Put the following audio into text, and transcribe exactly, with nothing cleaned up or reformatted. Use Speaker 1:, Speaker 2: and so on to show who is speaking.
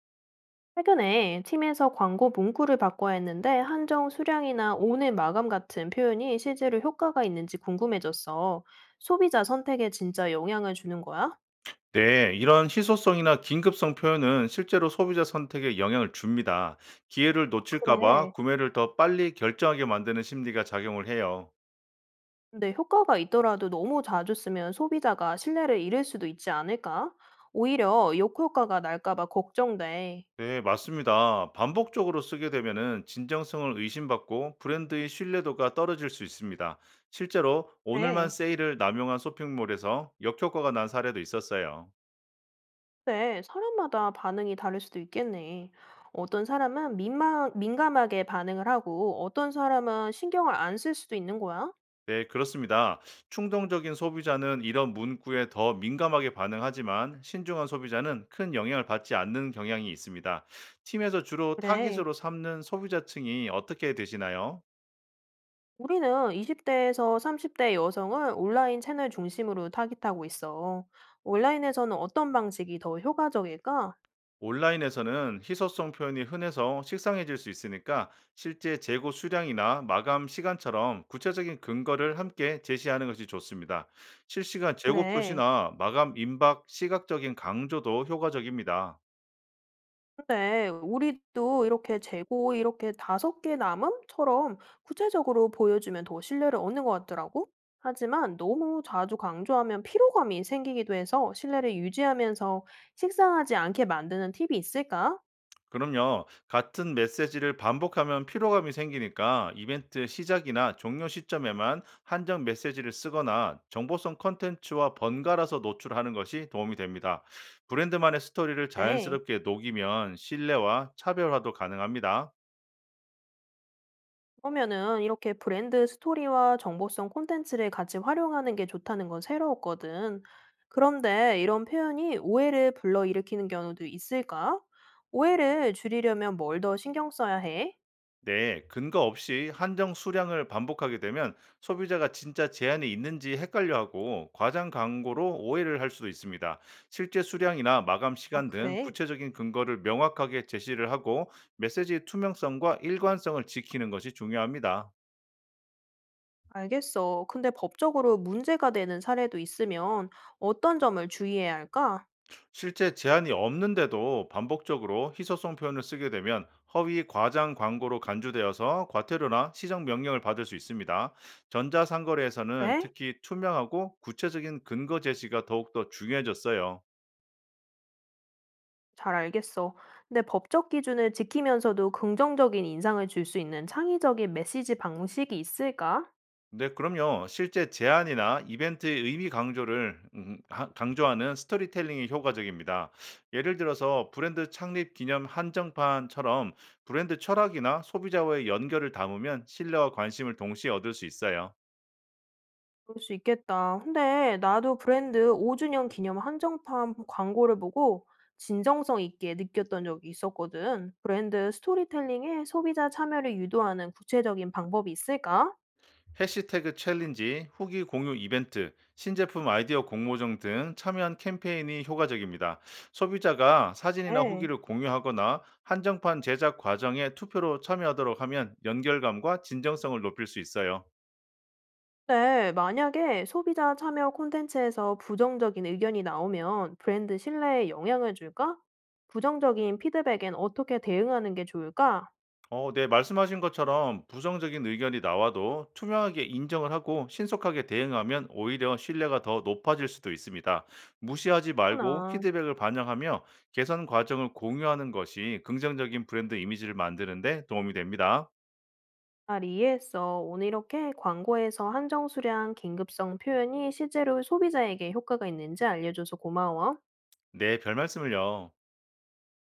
Speaker 1: 최근에 팀에서 광고 문구를 바꿔야 했는데 한정 수량이나 오늘 마감 같은 표현이 실제로 효과가 있는지 궁금해졌어. 소비자 선택에 진짜 영향을 주는 거야?
Speaker 2: 네, 이런 희소성이나 긴급성 표현은 실제로 소비자 선택에 영향을 줍니다. 기회를
Speaker 1: 아,
Speaker 2: 놓칠까봐
Speaker 1: 그래.
Speaker 2: 구매를 더 빨리 결정하게 만드는 심리가 작용을 해요.
Speaker 1: 근데 효과가 있더라도 너무 자주 쓰면 소비자가 신뢰를 잃을 수도 있지 않을까? 오히려 역효과가 날까 봐 걱정돼.
Speaker 2: 네, 맞습니다. 반복적으로 쓰게 되면은 진정성을 의심받고 브랜드의 신뢰도가 떨어질 수 있습니다. 실제로 오늘만
Speaker 1: 네.
Speaker 2: 세일을 남용한 쇼핑몰에서 역효과가 난 사례도 있었어요.
Speaker 1: 네, 사람마다 반응이 다를 수도 있겠네. 어떤 사람은 민망, 민감하게 반응을 하고 어떤 사람은 신경을 안 쓸 수도 있는 거야?
Speaker 2: 네, 그렇습니다. 충동적인 소비자는 이런 문구에 더 민감하게 반응하지만 신중한 소비자는 큰 영향을 받지 않는 경향이 있습니다. 팀에서 주로
Speaker 1: 그래.
Speaker 2: 타깃으로 삼는 소비자층이 어떻게 되시나요?
Speaker 1: 우리는 이십 대에서 삼십 대 여성을 온라인 채널 중심으로 타깃하고 있어. 온라인에서는 어떤 방식이 더 효과적일까?
Speaker 2: 온라인에서는 희소성 표현이 흔해서 식상해질 수 있으니까 실제 재고 수량이나 마감 시간처럼 구체적인 근거를 함께 제시하는 것이 좋습니다. 실시간 재고
Speaker 1: 그래.
Speaker 2: 표시나 마감 임박 시각적인 강조도 효과적입니다.
Speaker 1: 근데 우리도 이렇게 재고 이렇게 다섯 개 남음처럼 구체적으로 보여주면 더 신뢰를 얻는 것 같더라고. 하지만 너무 자주 강조하면 피로감이 생기기도 해서 신뢰를 유지하면서 식상하지 않게 만드는 팁이 있을까?
Speaker 2: 그럼요. 같은 메시지를 반복하면 피로감이 생기니까 이벤트 시작이나 종료 시점에만 한정 메시지를 쓰거나 정보성 컨텐츠와 번갈아서 노출하는 것이 도움이 됩니다. 브랜드만의 스토리를
Speaker 1: 네.
Speaker 2: 자연스럽게 녹이면 신뢰와 차별화도 가능합니다.
Speaker 1: 그러면은 이렇게 브랜드 스토리와 정보성 콘텐츠를 같이 활용하는 게 좋다는 건 새로웠거든. 그런데 이런 표현이 오해를 불러일으키는 경우도 있을까? 오해를 줄이려면 뭘 더 신경 써야 해?
Speaker 2: 네, 근거 없이 한정 수량을 반복하게 되면 소비자가 진짜 제한이 있는지 헷갈려하고 과장 광고로 오해를 할 수도 있습니다. 실제 수량이나 마감
Speaker 1: 아,
Speaker 2: 시간 등
Speaker 1: 그래.
Speaker 2: 구체적인 근거를 명확하게 제시를 하고 메시지의 투명성과 일관성을 지키는 것이 중요합니다.
Speaker 1: 알겠어. 근데 법적으로 문제가 되는 사례도 있으면 어떤 점을 주의해야 할까?
Speaker 2: 실제 제한이 없는데도 반복적으로 희소성 표현을 쓰게 되면 허위 과장 광고로 간주되어서 과태료나 시정 명령을 받을 수 있습니다. 전자상거래에서는
Speaker 1: 그래?
Speaker 2: 특히 투명하고 구체적인 근거 제시가 더욱더 중요해졌어요.
Speaker 1: 잘 알겠어. 근데 법적 기준을 지키면서도 긍정적인 인상을 줄 수 있는 창의적인 메시지 방식이 있을까?
Speaker 2: 네, 그럼요. 실제 제안이나 이벤트의 의미 강조를 음, 하- 강조하는 스토리텔링이 효과적입니다. 예를 들어서 브랜드 창립 기념 한정판처럼 브랜드 철학이나 소비자와의 연결을 담으면 신뢰와 관심을 동시에 얻을 수 있어요.
Speaker 1: 그럴 수 있겠다. 근데 나도 브랜드 오 주년 기념 한정판 광고를 보고 진정성 있게 느꼈던 적이 있었거든. 브랜드 스토리텔링에 소비자 참여를 유도하는 구체적인 방법이 있을까?
Speaker 2: 해시태그 챌린지, 후기 공유 이벤트, 신제품 아이디어 공모전 등 참여한 캠페인이 효과적입니다. 소비자가 사진이나
Speaker 1: 네.
Speaker 2: 후기를 공유하거나 한정판 제작 과정에 투표로 참여하도록 하면 연결감과 진정성을 높일 수 있어요.
Speaker 1: 근데 만약에 소비자 참여 콘텐츠에서 부정적인 의견이 나오면 브랜드 신뢰에 영향을 줄까? 부정적인 피드백엔 어떻게 대응하는 게 좋을까?
Speaker 2: 어, 네, 말씀하신 것처럼 부정적인 의견이 나와도 투명하게 인정을 하고 신속하게 대응하면 오히려 신뢰가 더 높아질 수도 있습니다. 무시하지 말고
Speaker 1: 구나.
Speaker 2: 피드백을 반영하며 개선 과정을 공유하는 것이 긍정적인 브랜드 이미지를 만드는 데 도움이 됩니다.
Speaker 1: 잘 이해했어. 오늘 이렇게 광고에서 한정 수량, 긴급성 표현이 실제로 소비자에게 효과가 있는지 알려줘서 고마워.
Speaker 2: 네, 별 말씀을요.